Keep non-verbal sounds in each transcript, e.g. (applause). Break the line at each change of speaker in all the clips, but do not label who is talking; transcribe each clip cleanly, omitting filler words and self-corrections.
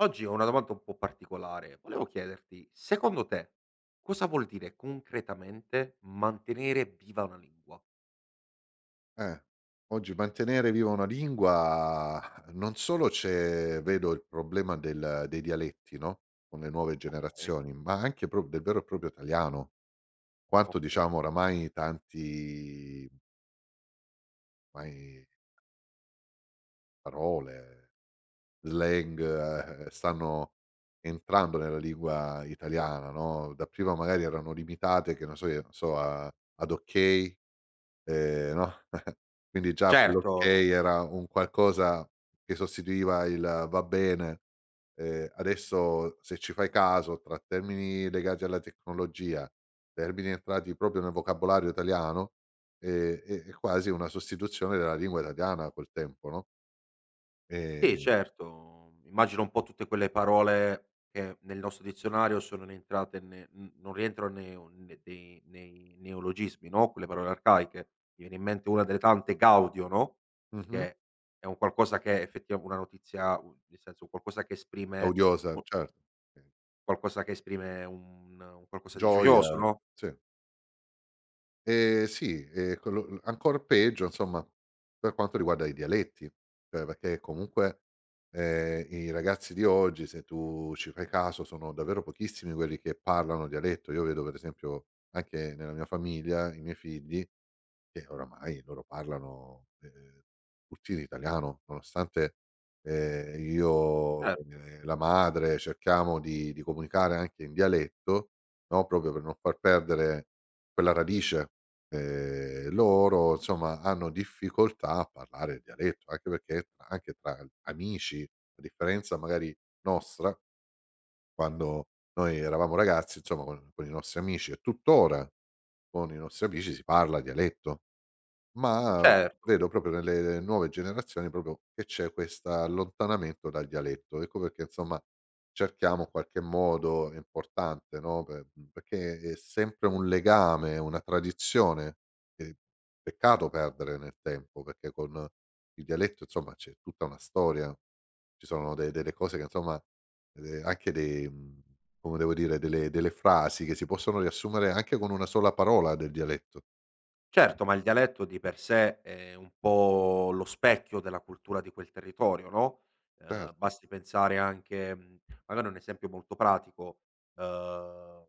Oggi ho una domanda un po' particolare. Volevo chiederti, secondo te, cosa vuol dire concretamente mantenere viva una lingua?
Eh. Oggi mantenere viva una lingua non solo c'è vedo il problema del dei dialetti, no, con le nuove
Okay.
generazioni, ma anche pro del vero e proprio italiano. Quanto
Okay.
diciamo oramai tanti ormai parole, slang, stanno entrando nella lingua italiana, no, dapprima magari erano limitate, che ne so io, non so, a ad okay, no, (laughs) quindi già
Certo,
quell'okay era un qualcosa che sostituiva il va bene. Adesso se ci fai caso tra termini legati alla tecnologia, termini entrati proprio nel vocabolario italiano, è quasi una sostituzione della lingua italiana col tempo, no.
sì
ehm
certo, immagino un po' tutte quelle parole che nel nostro dizionario sono rientrate ne n non rientrano neo ne dei nei neologismi, no, quelle parole arcaiche. Mi viene in mente una delle tante gaudio, no,
Mh-mh,
che è un qualcosa che effettiva una notizia u nel senso, qualcosa che
è
esprime
odiosa,
u
certo. Eh,
Qualcosa che esprime un qualcosa di gioioso,
Gioia,
no,
sì. Sì, quello ancor peggio insomma per quanto riguarda i dialetti, cioè perché comunque, i ragazzi di oggi, se tu ci fai caso, sono davvero pochissimi quelli che parlano dialetto. Io vedo per esempio anche nella mia famiglia i miei figli che oramai loro parlano, tutti in italiano, nonostante, io
cer
e la madre cerchiamo di comunicare anche in dialetto, no, proprio per non far perdere quella radice. Loro insomma hanno difficoltà a parlare il dialetto, anche perché anche tra amici, a differenza magari nostra, quando noi eravamo ragazzi insomma con i nostri amici e tuttora con i nostri amici si parla dialetto. Ma
certo,
vedo proprio nelle nuove generazioni proprio che c'è questa allontanamento dal dialetto. Ecco perché insomma cerchiamo in qualche modo è importante, no, per perché è sempre un legame, una tradizione che peccato perdere nel tempo, perché con il dialetto insomma c'è tutta una storia. Ci sono de delle cose che insomma anche dei come devo dire, delle frasi che si possono riassumere anche con una sola parola del dialetto.
certo, ma il dialetto di per sé è un po' lo specchio della cultura di quel territorio, no,
Certo,
basti pensare anche, magari un esempio molto pratico, ehm,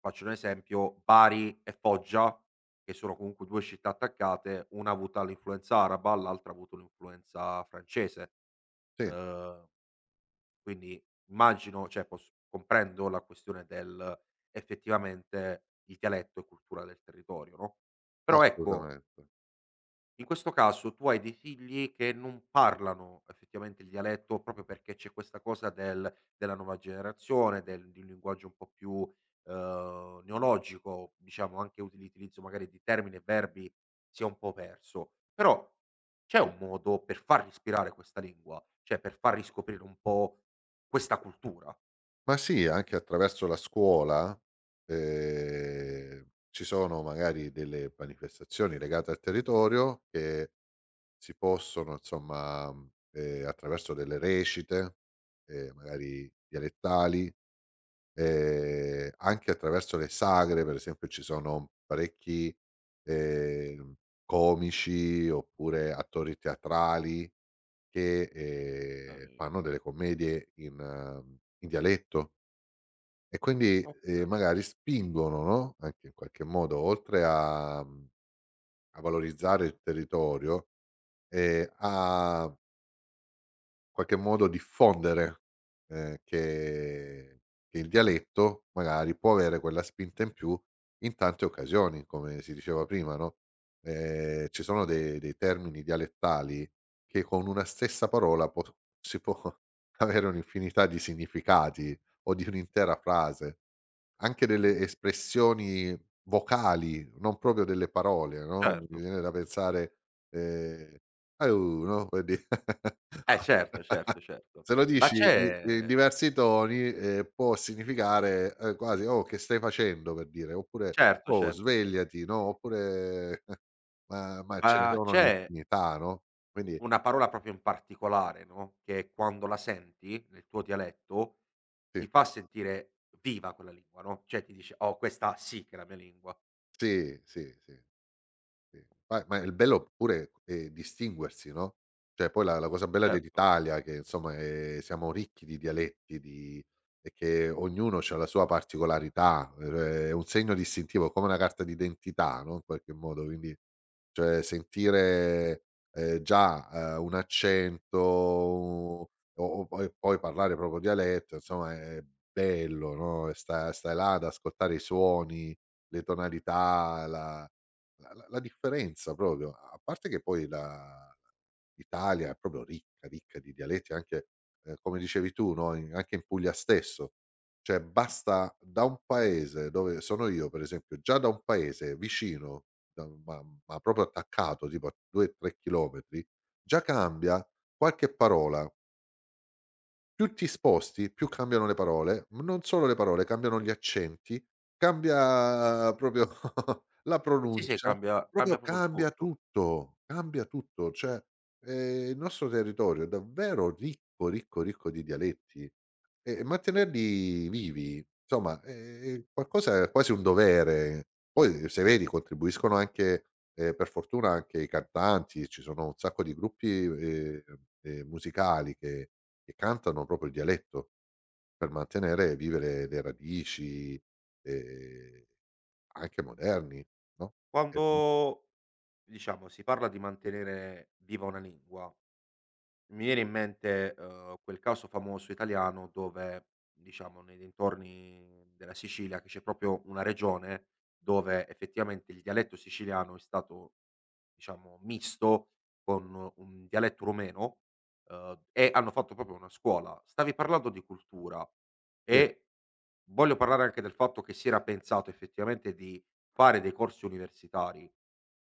faccio un esempio, Bari e Foggia, che sono comunque 2 città attaccate, una ha avuta l'influenza araba, l'altra ha avuto un'influenza francese.
sì.
Ehm Quindi immagino, cioè pos comprendo la questione del Effettivamente il dialetto è cultura del territorio, no, però ecco
Assolutamente.
in questo caso tu hai dei figli che non parlano effettivamente il dialetto, proprio perché c'è questa cosa della nuova generazione, del di un linguaggio un po' più, neologico, diciamo anche uti l'utilizzo magari di termini e verbi si è un po' perso. Però c'è un modo per far respirare questa lingua, cioè per far riscoprire un po' questa cultura?
Ma sì, anche attraverso la scuola, ci sono magari delle manifestazioni legate al territorio che si possono insomma, attraverso delle recite, magari dialettali, anche attraverso le sagre, per esempio ci sono parecchi, ehm, comici oppure attori teatrali che,
Okay,
fanno delle commedie in in dialetto e quindi,
okay.
magari spingono, no, anche in qualche modo oltre a a valorizzare il territorio, a qualche modo diffondere, che il dialetto magari può avere quella spinta in più in tante occasioni, come si diceva prima, no, ci sono de dei termini dialettali che con una stessa parola può si può (laughs) avere un'infinità di significati o di un'intera frase, anche
Mh,
delle espressioni vocali, non proprio delle parole, no, mi
certo.
viene da pensare, ehm: "Aiù", no, per di
Eh certo,
(laughs)
certo, certo.
Se lo
Ma
dici i in
certo.
diversi toni, può significare, quasi: "Oh, che stai facendo?" Per dire, oppure:
c'è certo,
"Oh,
certo, certo.
svegliati", no, oppure (laughs) ma ce ne
Ma
sono
c'è
un'infinità, no, quindi
Una parola proprio in particolare, no, che quando la senti nel tuo dialetto
sì,
ti fa sentire viva quella lingua, no, cioè ti dice: "Oh, questa sì che è la mia lingua".
sì. Sì.
Okay.
Ma il bello pure è distinguersi, no, cioè poi la cosa bella
Certo.
dell'Italia che insomma, siamo ricchi di dialetti, di e che ognuno c'ha la sua particolarità, è un segno distintivo, come una carta d'identità, no, in qualche modo, quindi cioè sentire, già, un accento o poi parlare proprio dialetto, insomma è bello, no, e stai là ad ascoltare i suoni, le tonalità, la differenza proprio, a parte che poi la l'Italia è proprio ricca, ricca di dialetti anche, come dicevi tu, no, in anche in Puglia stesso. Cioè basta da un paese dove sono io, per esempio, già da un paese vicino, da ma proprio attaccato, tipo a 2, 3 chilometri, già cambia qualche parola. Più ti sposti, più cambiano le parole, ma non solo le parole, cambiano gli accenti, cambia proprio (laughs) la
Sì, sì,
pronuncia,
cambia
proprio
proprio il
cambia
tutto.
tutto, cambia tutto. Cioè, il nostro territorio è davvero ricco, ricco, ricco di dialetti. E mantenerli vivi, insomma, è qualcosa è quasi un dovere. Poi se vedi contribuiscono anche, per fortuna anche i cantanti, ci sono un sacco di gruppi, musicali che cantano proprio il dialetto per mantenere vive le radici, ehm, anche moderni, no, perché comu sì.
Quando, diciamo, si parla di mantenere viva una lingua, mi viene in mente, quel caso famoso italiano dove, diciamo, nei dintorni della Sicilia, che c'è proprio una regione dove effettivamente il dialetto siciliano è stato, diciamo, misto con un dialetto rumeno, e hanno fatto proprio una scuola. Stavi parlando di cultura e voglio parlare anche del fatto che si era pensato effettivamente di fare dei corsi universitari.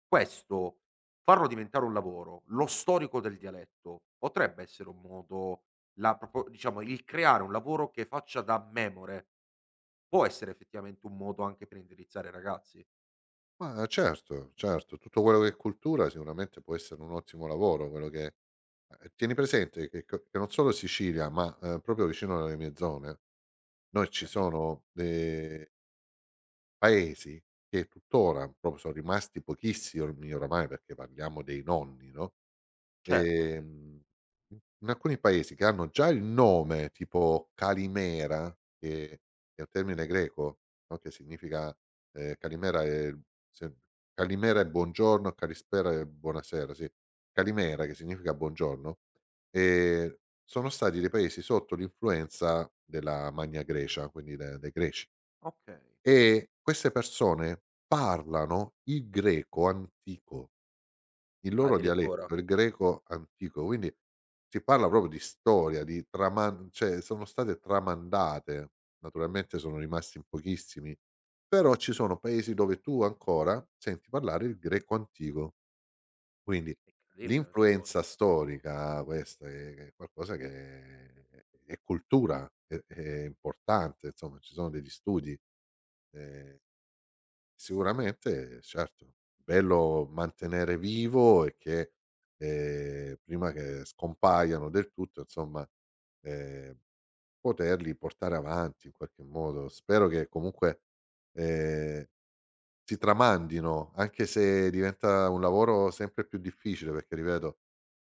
Questo Farlo diventare un lavoro, lo storico del dialetto, potrebbe essere un modo la propo diciamo il creare un lavoro che faccia da memore, può essere effettivamente un modo anche per indirizzare i ragazzi,
Ma certo, certo, tutto quello che è cultura sicuramente può essere un ottimo lavoro, quello che tieni presente che co che non solo Sicilia, ma, proprio vicino alle mie zone, noi ci
okay?
sono, paesi che tuttora proprio sono rimasti pochissimi ormai oramai, perché parliamo dei nonni, no?
Certo,
Ehm, In alcuni paesi che hanno già il nome, tipo Calimera, che è un termine greco, no, che significa Calimera è se Calimera è buongiorno, Kalispera è buonasera, sì. Calimera che significa buongiorno, ehm, sono stati dei paesi sotto l'influenza della Magna Grecia, quindi de dei greci,
okay.
e queste persone parlano il greco antico. Il loro
Addirittura.
dialetto, il greco antico, quindi si parla proprio di storia, di traman cioè sono state tramandate, naturalmente sono rimasti in pochissimi, però ci sono paesi dove tu ancora senti parlare il greco antico, quindi
Incredibile questa cosa.
l'influenza storica questa è qualcosa che è cultura, è importante, insomma ci sono degli studi, ehm sicuramente, certo. Bello mantenere vivo e che, prima che scompaiano del tutto insomma, ehm, poterli portare avanti in qualche modo. Spero che comunque, ehm, si tramandino, anche se diventa un lavoro sempre più difficile perché ripeto,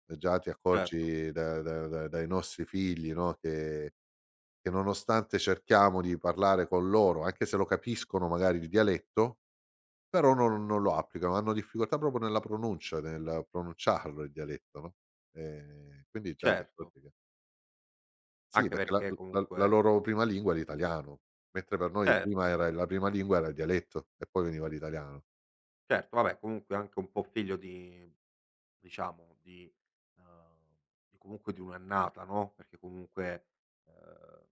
già ti
Certo,
accorgi da da da dai nostri figli, no, che nonostante cerchiamo di parlare con loro, anche se lo capiscono magari il dialetto però non lo applicano, hanno difficoltà proprio nella pronuncia, nel pronunciarlo il dialetto, no, quindi già ti
certo,
accorgi che sì,
anche
perché
perché
la
comunque
loro prima lingua è l'italiano, mentre per noi prima
certo,
era la prima lingua era il dialetto e poi veniva l'italiano.
certo, vabbè comunque anche un po' figlio di, diciamo di, uhm, di comunque di un'annata, no, perché comunque, ehm,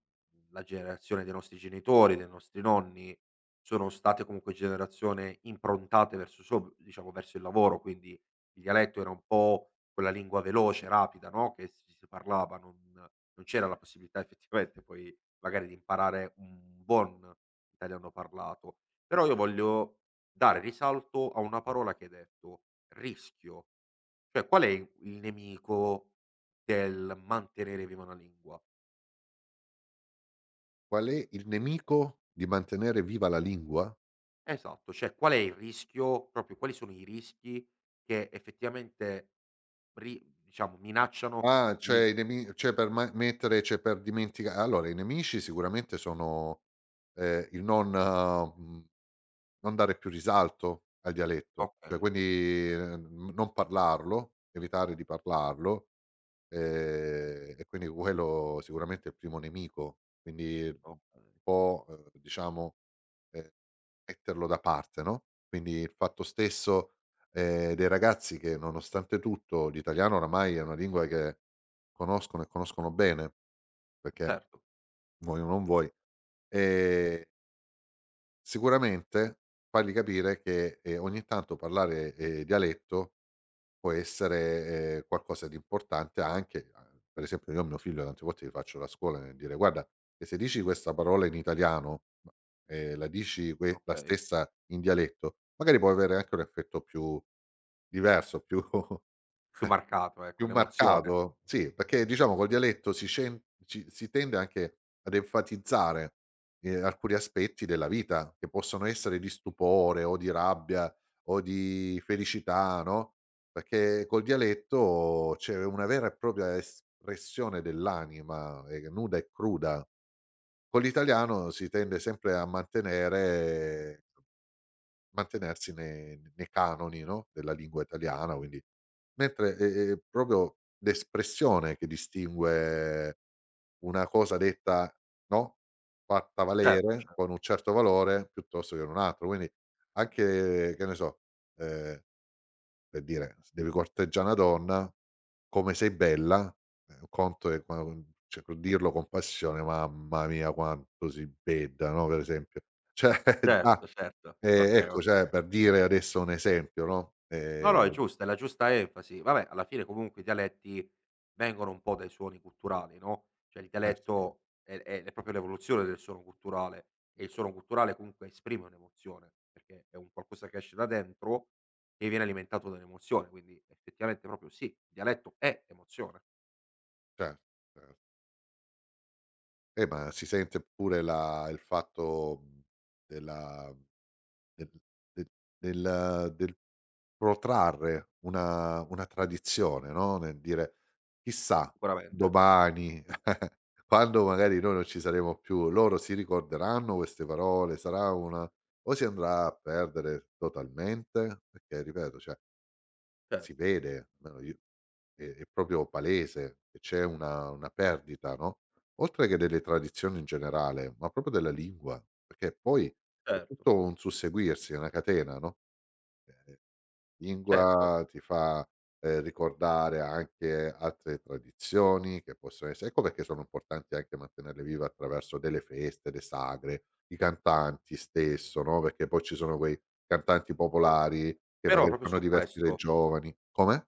la generazione dei nostri genitori, dei nostri nonni, sono state comunque generazione improntate verso sob diciamo verso il lavoro, quindi il dialetto era un po' quella lingua veloce, rapida, no, che si parlava, non c'era la possibilità effettivamente poi magari di imparare un buon italiano parlato. Però io voglio dare risalto a una parola che hai detto: "rischio". Cioè, qual è il nemico del mantenere viva una lingua?
Qual è il nemico di mantenere viva la lingua?
Esatto, cioè qual è il rischio proprio, quali sono i rischi che effettivamente ri diciamo minacciano
Ah, cioè
di
i nemi cioè per ma mettere cioè per dimentica allora i nemici sicuramente sono, il non mhmm non dare più risalto al dialetto, cioè
okay,
quindi, non parlarlo, evitare di
sì,
parlarlo, e quindi quello sicuramente è il primo nemico, quindi un
okay,
po', diciamo, ehm, metterlo da parte, no, quindi il fatto stesso, dei ragazzi che nonostante tutto l'italiano oramai è una lingua che conoscono e conoscono bene, perché
certo,
vuoi o non vuoi, ehm sicuramente fargli capire che, ogni tanto parlare, dialetto può essere, qualcosa di importante anche a per esempio io a mio figlio tante volte gli faccio la scuola nel dire: "Guarda che se dici questa parola in italiano, ma la dici que la
okay.
stessa in dialetto, magari può avere anche un effetto più diverso, più" (laughs)
Più marcato, ecco,
Più
l'emozione.
marcato, sì, perché diciamo col dialetto si scen ci si tende anche ad enfatizzare, alcuni aspetti della vita che possono essere di stupore o di rabbia o di felicità, no, perché col dialetto c'è una vera e propria espressione dell'anima, nuda e cruda. Con l'italiano si tende sempre a mantenere mantenersi nei canoni, no, della lingua italiana, quindi mentre, proprio l'espressione che distingue una cosa detta, no, fatta
Certo,
valere con un certo valore piuttosto che un altro. Quindi anche, che ne so, ehm, per dire, se devi corteggiare una donna, "come sei bella", un conto è qua con cioè co dirlo con passione, mamma mia quanto si beda, no, per esempio. Cioè (laughs) già
certo, certo. Okay,
Ecco, cioè
okay.
per dire adesso un esempio, no,
No, no, è giusta, è la giusta enfasi. Vabbè, alla fine comunque i dialetti vengono un po' dai suoni culturali, no, cioè il
eh sì,
dialetto è proprio l'evoluzione del suono culturale e il suono culturale comunque esprime un'emozione, perché è un qualcosa che esce da dentro e viene alimentato dall'emozione, quindi effettivamente proprio sì, il dialetto è emozione,
cer cer ma si sente pure la il fatto, della del de del protrarre una tradizione, no, nel dire: "Chissà
sicuramente.
domani, (laughs) quando magari noi non ci saremo più, loro si ricorderanno queste parole, sarà una o si andrà a perdere totalmente?" Perché ripeto, cioè si
Certo,
vede, almeno io è proprio palese che c'è una perdita, no, oltre che delle tradizioni in generale, ma proprio della lingua, perché poi è
certo,
tutto un susseguirsi, è una catena, no, ehm,
certo.
lingua ti fa, ricordare anche altre tradizioni che possono esse ecco perché sono importanti anche mantenerle vive attraverso delle feste, le sagre, i cantanti stesso, no, perché poi ci sono quei cantanti popolari che
Però
magari
proprio
fanno
su
divertire i
questo
giovani come?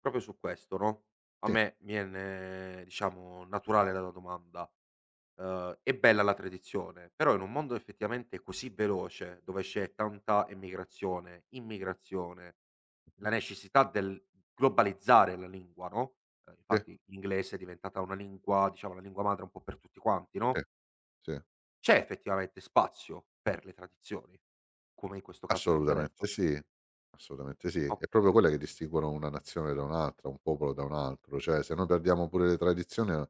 Proprio su questo, no, a
Sì.
me viene, diciamo, naturale la domanda. È bella la tradizione, però in un mondo effettivamente così veloce, dove c'è tanta emigrazione, immigrazione, la
Mh-mh.
necessità del globalizzare la lingua, no,
Sì,
infatti l'inglese è diventata una lingua, diciamo la lingua madre un po' per tutti quanti,
sì,
no,
sì.
c'è effettivamente spazio per le tradizioni, come in questo caso del
Assolutamente
dialetto.
sì, assolutamente sì. È proprio quelle
Okay.
che distinguono una nazione da un'altra, un popolo da un altro. Cioè, se noi perdiamo pure le tradizioni,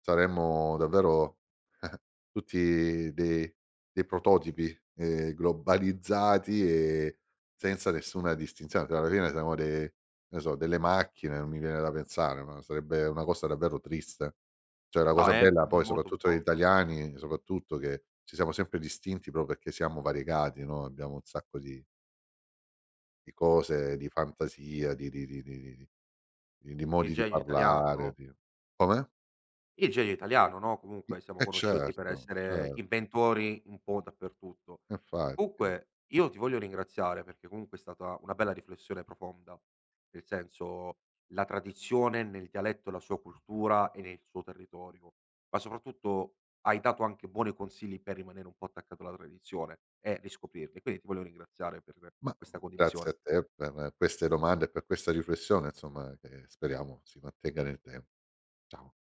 saremmo davvero (laughs) tutti dei prototipi, globalizzati e senza nessuna distinzione, cioè alla fine siamo dei che ne so, delle macchine, mi viene da pensare, ma sarebbe una cosa davvero triste. Cioè la
No,
cosa
è
bella poi
molto
soprattutto degli
profondo.
italiani, soprattutto che ci siamo sempre distinti proprio perché siamo variegati, no, abbiamo un sacco di cose, di fantasia, di
Il
modi di
genio italiano,
parlare,
no?
di come?
Il genio italiano, no,
I
comunque siamo
Eh
conosciuti per
certo,
essere
certo,
inventori un po' dappertutto.
infatti.
Comunque io ti voglio ringraziare perché comunque è stata una bella riflessione profonda, nel senso la tradizione nel dialetto e la sua cultura e nel suo territorio, ma soprattutto hai dato anche buoni consigli per rimanere un po' attaccato alla tradizione e riscoprirli. Quindi ti voglio ringraziare per
Ma
questa
grazie
condivisione.
a te per queste domande e per questa riflessione insomma che speriamo si mantenga nel tempo. Ciao.